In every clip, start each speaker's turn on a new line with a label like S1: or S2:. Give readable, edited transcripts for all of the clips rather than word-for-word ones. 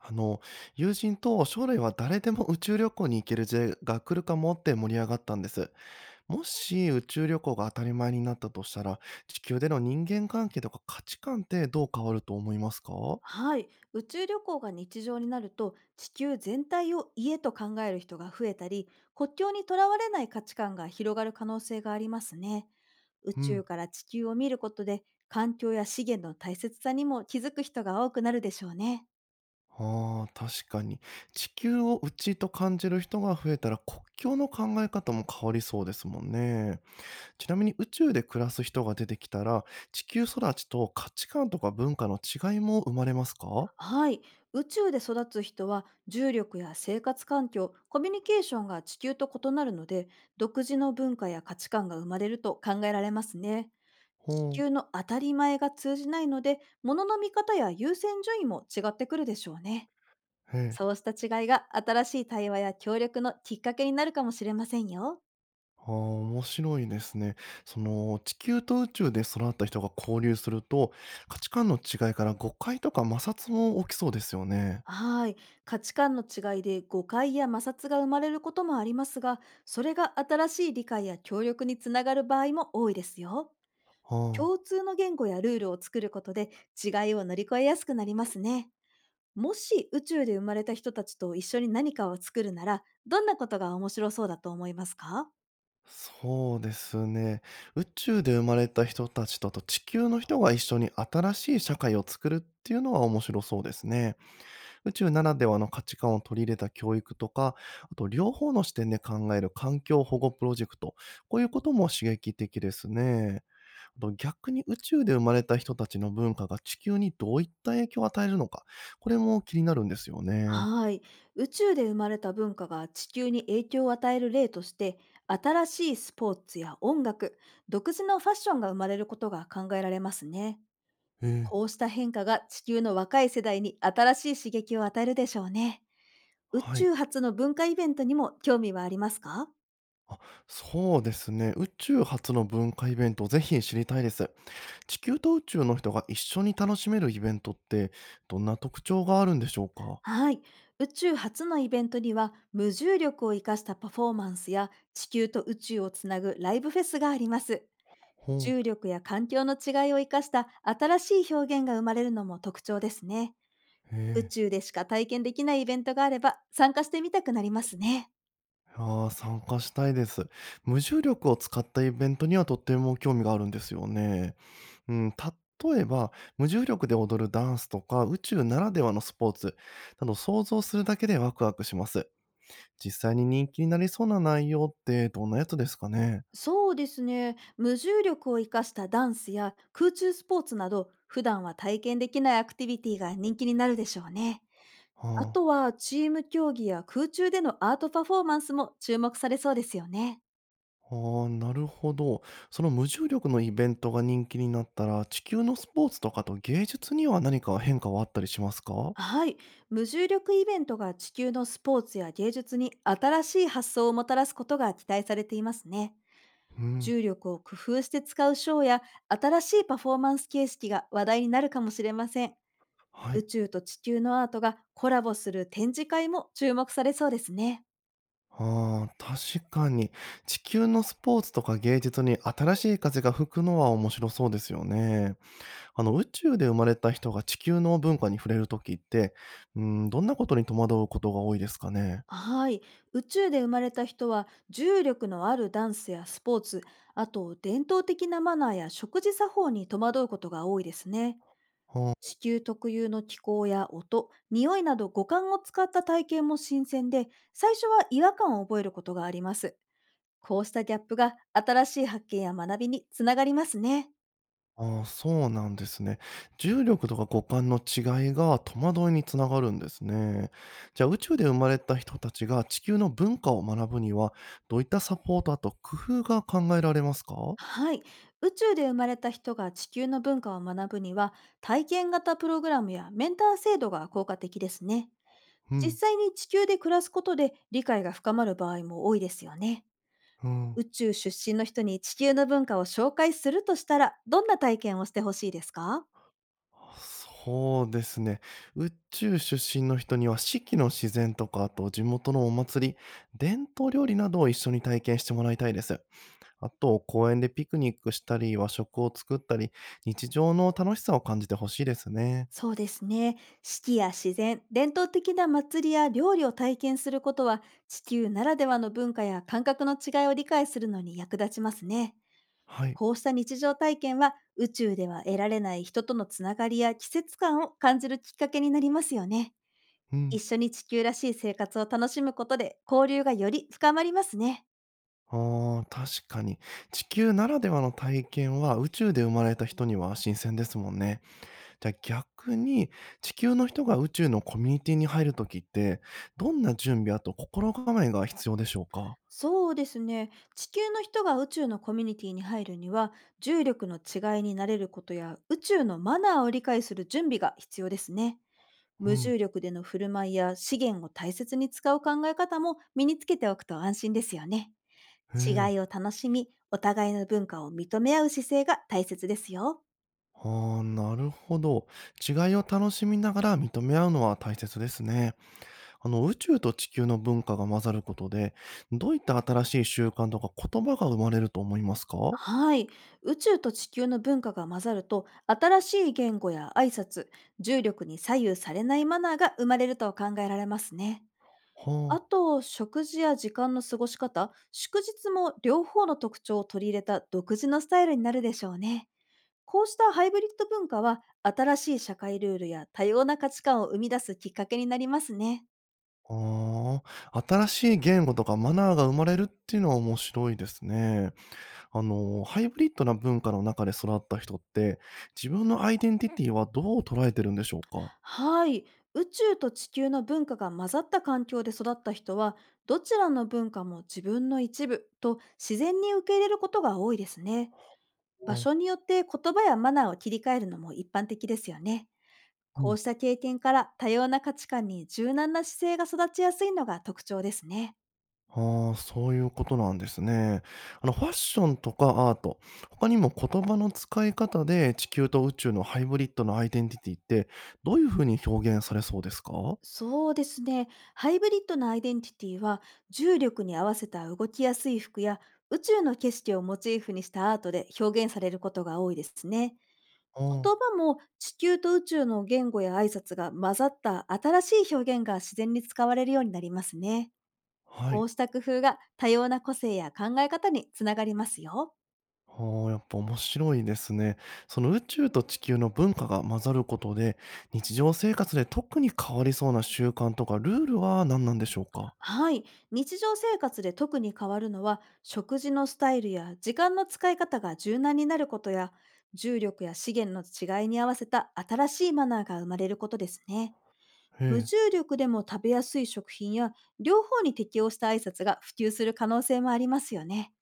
S1: あの、友人と将来は誰でも宇宙旅行に行ける時代が来るかもって盛り上がったんです。もし宇宙旅行が当たり前になったとしたら、地球での人間関係とか価値観ってどう変わると思いますか？
S2: はい、宇宙旅行が日常になると地球全体を家と考える人が増えたり、国境にとらわれない価値観が広がる可能性がありますね。宇
S1: う
S2: 宙
S1: ん。
S2: から地球を見ることで、環境や資源の大切さにも気づく人が多くなるでしょうね。
S1: ああ、確かに。地球を内と感じる人が増えたら国境の考え方も変わりそうですもんね。ちなみに宇宙で暮らす人が出てきたら、地球育ちと価値観とか文化の違いも生まれますか？
S2: はい。宇宙で育つ人は重力や生活環境、コミュニケーションが地球と異なるので、独自の文化や価値観が生まれると考えられますね。地
S1: ほ
S2: 球
S1: う。
S2: の当たり前が通じないので、物の見方や優先順位も違ってくるでしょうね。
S1: へえ。
S2: そうした違いが新しい対話や協力のきっかけになるかもしれませんよ。
S1: ああ、面白いですね。地球と宇宙で育った人が交流すると、価値観の違いから誤解とか摩擦も起きそうですよね。
S2: はい。価値観の違いで誤解や摩擦が生まれることもありますが、それが新しい理解や協力につながる場合も多いですよ。
S1: あ
S2: 共
S1: あ、
S2: 通の言語やルールを作ることで、違いを乗り越えやすくなりますね。もし宇宙で生まれた人たちと一緒に何かを作るなら、どんなことが面白そうだと思いますか？
S1: そうですね。宇宙で生まれた人たちと、あと地球の人が一緒に新しい社会を作るっていうのは面白そうですね。宇宙ならではの価値観を取り入れた教育とか、あと両方の視点で考える環境保護プロジェクト、こういうことも刺激的ですね。あと逆に宇宙で生まれた人たちの文化が地球にどういった影響を与えるのか、これも気になるんですよね。
S2: はい。宇宙で生まれた文化が地球に影響を与える例として、新しいスポーツや音楽、独自のファッションが生まれることが考えられますね。
S1: へえ。
S2: こうした変化が地球の若い世代に新しい刺激を与えるでしょうね。宇
S1: はい。
S2: 宙発の文化イベントにも興味はありますか？
S1: あ、そうですね。宇宙初の文化イベント、ぜひ知りたいです。地球と宇宙の人が一緒に楽しめるイベントって、どんな特徴があるんでしょうか？
S2: はい。宇宙初のイベントには、無重力を生かしたパフォーマンスや、地球と宇宙をつなぐライブフェスがあります。
S1: ほ
S2: 重力や環境の違いを生かした新しい表現が生まれるのも特徴ですね。
S1: う。へ
S2: 宇
S1: え。
S2: 宙でしか体験できないイベントがあれば、参加してみたくなりますね。
S1: ああ、参加したいです。無重力を使ったイベントにはとっても興味があるんですよね。うん、例えば、無重力で踊るダンスとか、宇宙ならではのスポーツなど想像するだけでワクワクします。実際に人気になりそうな内容ってどんなやつですかね。
S2: そうですね。無重力を生かしたダンスや空中スポーツなど、普段は体験できないアクティビティが人気になるでしょうね。あ
S1: は
S2: とはチーム競技や空中でのアートパフォーマンスも注目されそうですよね。
S1: あ、ああ、なるほど。その無重力のイベントが人気になったら、地球のスポーツとかと芸術には何か変化はあったりしますか？
S2: はい。無重力イベントが地球のスポーツや芸術に新しい発想をもたらすことが期待されていますね。
S1: うん。
S2: 重力を工夫して使うショーや、新しいパフォーマンス形式が話題になるかもしれません。
S1: は
S2: 宇
S1: い。
S2: 宙と地球のアートがコラボする展示会も注目されそうですね。
S1: ああ、確かに。地球のスポーツとか芸術に新しい風が吹くのは面白そうですよね。宇宙で生まれた人が地球の文化に触れるときって、うん、どんなことに戸惑うことが多いですかね。
S2: はい。宇宙で生まれた人は重力のあるダンスやスポーツ、あと伝統的なマナーや食事作法に戸惑うことが多いですね。
S1: は
S2: 地球特有の気候や音、匂いなど五感を使った体験も新鮮で、最初は違和感を覚えることがあります。こうしたギャップが新しい発見や学びにつながりますね。
S1: あ。あそうなんですね。重力とか五感の違いが戸惑いにつながるんですね。じゃあ宇宙で生まれた人たちが地球の文化を学ぶには、どういったサポートあと工夫が考えられますか？
S2: はい。宇宙で生まれた人が地球の文化を学ぶには、体験型プログラムやメンター制度が効果的ですね。
S1: う
S2: 実
S1: ん。
S2: 際に地球で暮らすことで理解が深まる場合も多いですよね。
S1: うん。
S2: 宇宙出身の人に地球の文化を紹介するとしたら、どんな体験をしてほしいですか？
S1: そうですね。宇宙出身の人には四季の自然とか、あと地元のお祭り、伝統料理などを一緒に体験してもらいたいです。あと、公園でピクニックしたり、和食を作ったり、日常の楽しさを感じてほしいですね。
S2: そうですね。四季や自然、伝統的な祭りや料理を体験することは、地球ならではの文化や感覚の違いを理解するのに役立ちますね。
S1: はい。
S2: こうした日常体験は、宇宙では得られない人とのつながりや季節感を感じるきっかけになりますよね。
S1: う
S2: 一
S1: ん。
S2: 緒に地球らしい生活を楽しむことで、交流がより深まりますね。
S1: ああ、確かに。地球ならではの体験は宇宙で生まれた人には新鮮ですもんね。じゃ、逆に、地球の人が宇宙のコミュニティに入るときって、どんな準備、あと心構えが必要でしょうか？
S2: そうですね。地球の人が宇宙のコミュニティに入るには、重力の違いに慣れることや宇宙のマナーを理解する準備が必要ですね。
S1: う
S2: 無
S1: ん、
S2: 重力での振る舞いや資源を大切に使う考え方も身につけておくと安心ですよね。
S1: へ
S2: 違
S1: え、
S2: いを楽しみ、お互いの文化を認め合う姿勢が大切ですよ。
S1: ああ、なるほど。違いを楽しみながら認め合うのは大切ですね。宇宙と地球の文化が混ざることで、どういった新しい習慣とか言葉が生まれると思いますか？
S2: はい。宇宙と地球の文化が混ざると、新しい言語や挨拶、重力に左右されないマナーが生まれると考えられますね。あ
S1: は
S2: と、食事や時間の過ごし方、祝日も両方の特徴を取り入れた独自のスタイルになるでしょうね。こうしたハイブリッド文化は、新しい社会ルールや多様な価値観を生み出すきっかけになりますね。
S1: あ、ああ、新しい言語とかマナーが生まれるっていうのは面白いですね。ハイブリッドな文化の中で育った人って、自分のアイデンティティはどう捉えてるんでしょうか？
S2: はい。宇宙と地球の文化が混ざった環境で育った人は、どちらの文化も自分の一部と自然に受け入れることが多いですね。場
S1: お、
S2: 所によって言葉やマナーを切り替えるのも一般的ですよね。
S1: う
S2: こ
S1: ん。
S2: うした経験から、多様な価値観に柔軟な姿勢が育ちやすいのが特徴ですね。
S1: ああ、そういうことなんですね。ファッションとかアート、他にも言葉の使い方で地球と宇宙のハイブリッドのアイデンティティって、どういうふうに表現されそうですか？
S2: そうですね。ハイブリッドなアイデンティティは、重力に合わせた動きやすい服や宇宙の景色をモチーフにしたアートで表現されることが多いですね。
S1: あ
S2: 言
S1: あ。
S2: 葉も地球と宇宙の言語や挨拶が混ざった新しい表現が自然に使われるようになりますね。
S1: は
S2: こ
S1: い。
S2: うした工夫が多様な個性や考え方につながりますよ。
S1: ああ、やっぱ面白いですね。その宇宙と地球の文化が混ざることで、日常生活で特に変わりそうな習慣とかルールは何なんでしょうか？
S2: はい。日常生活で特に変わるのは、食事のスタイルや時間の使い方が柔軟になることや、重力や資源の違いに合わせた新しいマナーが生まれることですね。
S1: え
S2: 無
S1: え、
S2: 重力でも食べやすい食品や、両方に適応した挨拶が普及する可能性もありますよね。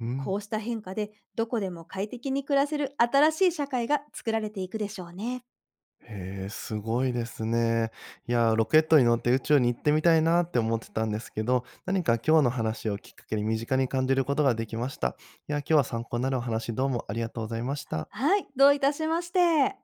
S1: う
S2: こ
S1: ん。
S2: うした変化で、どこでも快適に暮らせる新しい社会が作られていくでしょうね。
S1: へえ、すごいですね。いや、ロケットに乗って宇宙に行ってみたいなって思ってたんですけど、何か今日の話をきっかけに身近に感じることができました。いや、今日は参考になるお話どうもありがとうございました。
S2: はい、どういたしまして。